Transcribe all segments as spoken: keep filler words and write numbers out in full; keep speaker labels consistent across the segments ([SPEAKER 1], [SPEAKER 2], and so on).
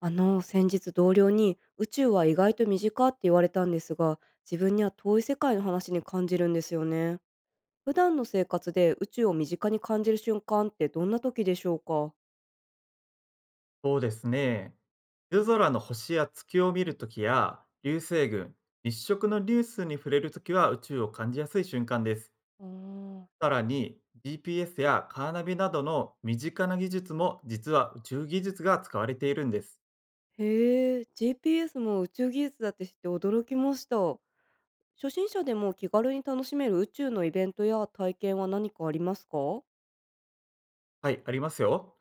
[SPEAKER 1] あの、先日同僚に宇宙は意外と身近って言われたんですが、自分には遠い世界の話に感じるんですよね。普段の生活で宇宙を身近に感じる瞬間ってどんな時でしょうか？
[SPEAKER 2] そうですね。夜空の星や月を見るときや、流星群、日食のニュースに触れるときは宇宙を感じやすい瞬間です。
[SPEAKER 1] あー。
[SPEAKER 2] さらに、ジーピーエス やカーナビなどの身近な技術も実は宇宙技術が使われているんです。
[SPEAKER 1] へえ、ジーピーエス も宇宙技術だって知って驚きました。初心者でも気軽に楽しめる宇宙のイベントや体験は何かありますか？
[SPEAKER 2] はい、ありますよ。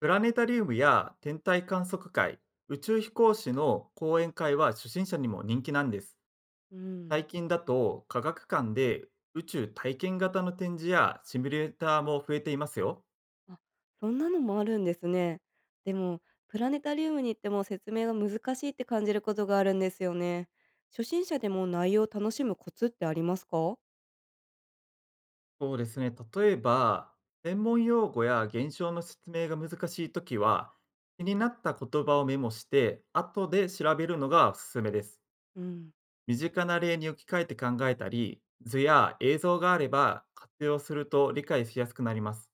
[SPEAKER 2] プラネタリウムや天体観測会、宇宙飛行士の講演会は初心者にも人気なんです。
[SPEAKER 1] う
[SPEAKER 2] 最
[SPEAKER 1] ん。
[SPEAKER 2] 近だと科学館で宇宙体験型の展示やシミュレーターも増えていますよ。
[SPEAKER 1] あ、そんなのもあるんですね。でも、プラネタリウムに行っても説明が難しいって感じることがあるんですよね。初心者でも内容を楽しむコツってありますか？
[SPEAKER 2] そうですね。例えば、専門用語や現象の説明が難しいときは、気になった言葉をメモして、後で調べるのがおすすめです。
[SPEAKER 1] うん、
[SPEAKER 2] 身近な例に置き換えて考えたり、図や映像があれば活用すると理解しやすくなります。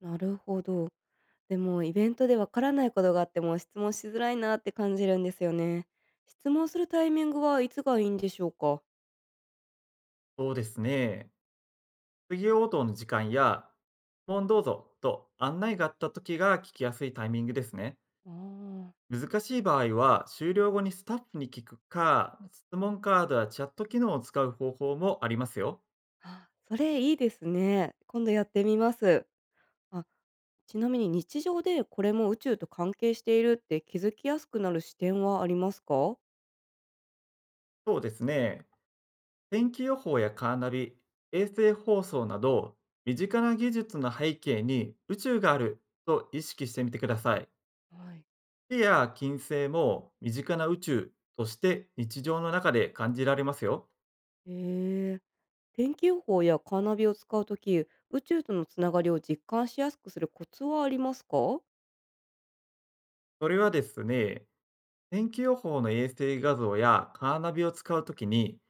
[SPEAKER 1] なるほど。でも、イベントでわからないことがあっても質問しづらいなって感じるんですよね。質問するタイミングはいつがいいんでしょうか？
[SPEAKER 2] そうですね。次応答の時間や、質問どうぞと案内があったときが聞きやすいタイミングですね。
[SPEAKER 1] あー。
[SPEAKER 2] 難しい場合は、終了後にスタッフに聞くか、質問カードやチャット機能を使う方法もありますよ。
[SPEAKER 1] あ、それいいですね。今度やってみます。あ、ちなみに日常でこれも宇宙と関係しているって気づきやすくなる視点はありますか？
[SPEAKER 2] そうですね。天気予報やカーナビ、衛星放送など、身近な技術の背景に宇宙があると意識してみてください。
[SPEAKER 1] はい。
[SPEAKER 2] 火や金星も身近な宇宙として日常の中で感じられますよ。
[SPEAKER 1] へえ。天気予報やカーナビを使うとき、宇宙とのつながりを実感しやすくするコツはありますか？
[SPEAKER 2] それはですね、天気予報の衛星画像やカーナビを使うときに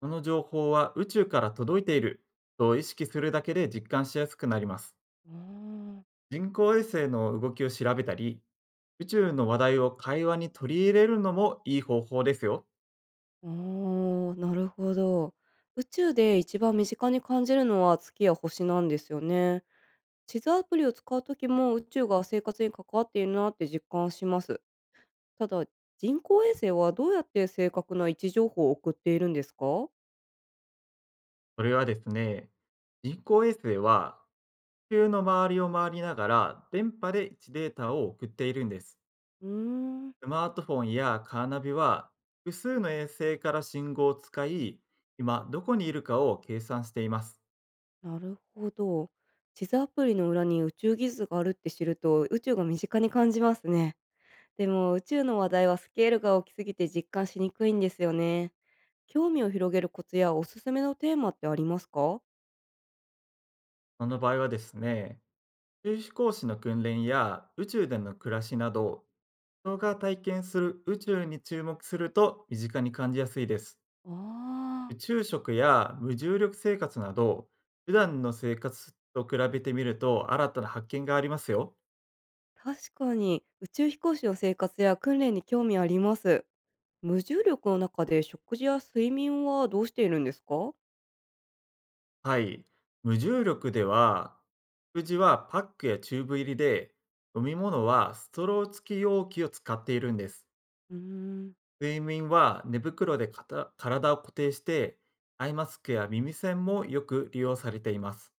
[SPEAKER 2] その情報は宇宙から届いていると意識するだけで実感しやすくなります。
[SPEAKER 1] あー。
[SPEAKER 2] 人工衛星の動きを調べたり、宇宙の話題を会話に取り入れるのもいい方法ですよ。
[SPEAKER 1] おー、なるほど。宇宙で一番身近に感じるのは月や星なんですよね。地図アプリを使うときも宇宙が生活に関わっているなって実感します。ただ、人工衛星はどうやって正確な位置情報を送っているんですか？
[SPEAKER 2] それはですね、人工衛星は地球の周りを回りながら電波で位置データを送っているんです。
[SPEAKER 1] うーん、
[SPEAKER 2] スマートフォンやカーナビは複数の衛星から信号を使い、今どこにいるかを計算しています。
[SPEAKER 1] なるほど。地図アプリの裏に宇宙技術があるって知ると宇宙が身近に感じますね。でも宇宙の話題はスケールが大きすぎて実感しにくいんですよね。興味を広げるコツやおすすめのテーマってありますか？
[SPEAKER 2] その場合はですね、宇宙飛行士の訓練や宇宙での暮らしなど、人が体験する宇宙に注目すると身近に感じやすいです。
[SPEAKER 1] ああ
[SPEAKER 2] 宇宙食や無重力生活など、普段の生活と比べてみると新たな発見がありますよ。
[SPEAKER 1] ー、確かに宇宙飛行士の生活や訓練に興味あります。無重力の中で食事や睡眠はどうしているんですか？
[SPEAKER 2] はい。無重力では、食事はパックやチューブ入りで、飲み物はストロー付き容器を使っているんです。
[SPEAKER 1] うーん。
[SPEAKER 2] 睡眠は寝袋でかた体を固定して、アイマスクや耳栓もよく利用されています。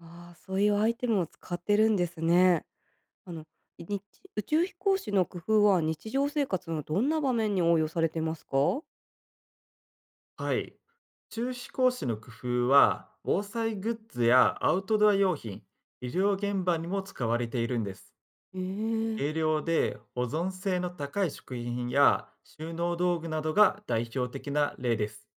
[SPEAKER 1] ああ、そういうアイテムを使ってるんですね。あの、い日宇宙飛行士の工夫は日常生活のどんな場面に応用されてますか？
[SPEAKER 2] はい。中止講師の工夫は、防災グッズやアウトドア用品、医療現場にも使われているんです。
[SPEAKER 1] ええ、
[SPEAKER 2] 軽量で保存性の高い食品や収納道具などが代表的な例です。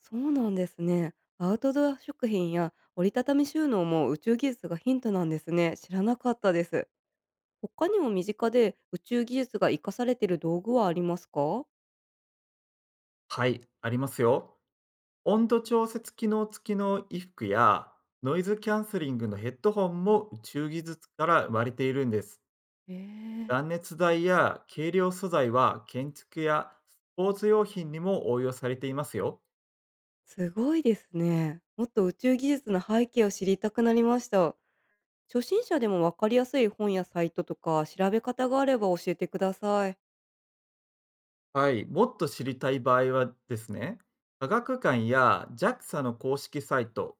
[SPEAKER 1] そうなんですね。アウトドア食品や折りたたみ収納も宇宙技術がヒントなんですね。知らなかったです。他にも身近で宇宙技術が活かされている道具はありますか？
[SPEAKER 2] はい、ありますよ。温度調節機能付きの衣服やノイズキャンセリングのヘッドホンも宇宙技術から生まれているんです。
[SPEAKER 1] ええ。
[SPEAKER 2] 断熱材や軽量素材は建築やスポーツ用品にも応用されていますよ。
[SPEAKER 1] すごいですね。もっと宇宙技術の背景を知りたくなりました。初心者でもわかりやすい本やサイトとか調べ方があれば教えてください。
[SPEAKER 2] はい、もっと知りたい場合はですね、科学館や ジャクサ の公式サイト、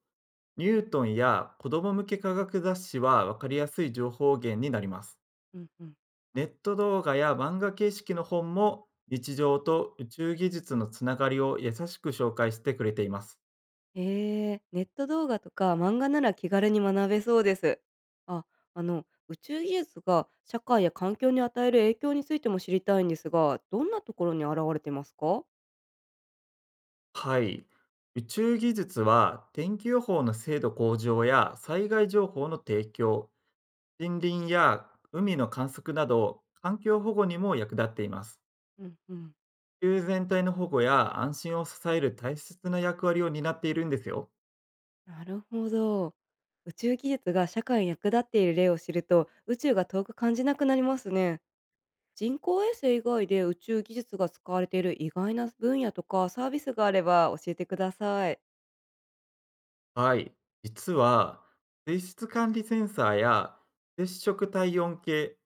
[SPEAKER 2] ニュートンや子ども向け科学雑誌は分かりやすい情報源になります。
[SPEAKER 1] うんうん。
[SPEAKER 2] ネット動画や漫画形式の本も日常と宇宙技術のつながりを優しく紹介してくれています。
[SPEAKER 1] えー、ネット動画とか漫画なら気軽に学べそうです。あ、あの、宇宙技術が社会や環境に与える影響についても知りたいんですが、どんなところに現れてますか？
[SPEAKER 2] はい。宇宙技術は天気予報の精度向上や災害情報の提供、森林や海の観測など環境保護にも役立っています。
[SPEAKER 1] うんうん。
[SPEAKER 2] 地球全体の保護や安心を支える大切な役割を担っているんですよ。
[SPEAKER 1] なるほど。宇宙技術が社会に役立っている例を知ると、宇宙が遠く感じなくなりますね。人工衛星以外で宇宙技術が使われている意外な分野とかサービスがあれば教えてください。
[SPEAKER 2] はい。実は水質管理センサーや接触体温計、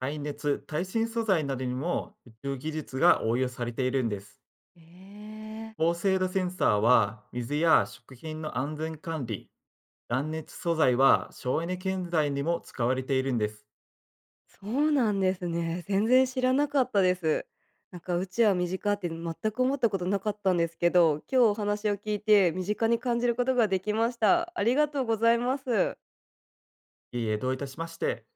[SPEAKER 2] 耐熱、耐震素材などにも宇宙技術が応用されているんです。
[SPEAKER 1] ええ、
[SPEAKER 2] 高精度センサーは水や食品の安全管理、断熱素材は省エネ建材にも使われているんです。
[SPEAKER 1] そうなんですね。全然知らなかったです。なんか宇宙は身近って全く思ったことなかったんですけど、今日お話を聞いて身近に感じることができました。ありがとうございます。
[SPEAKER 2] いいえ、どういたしまして。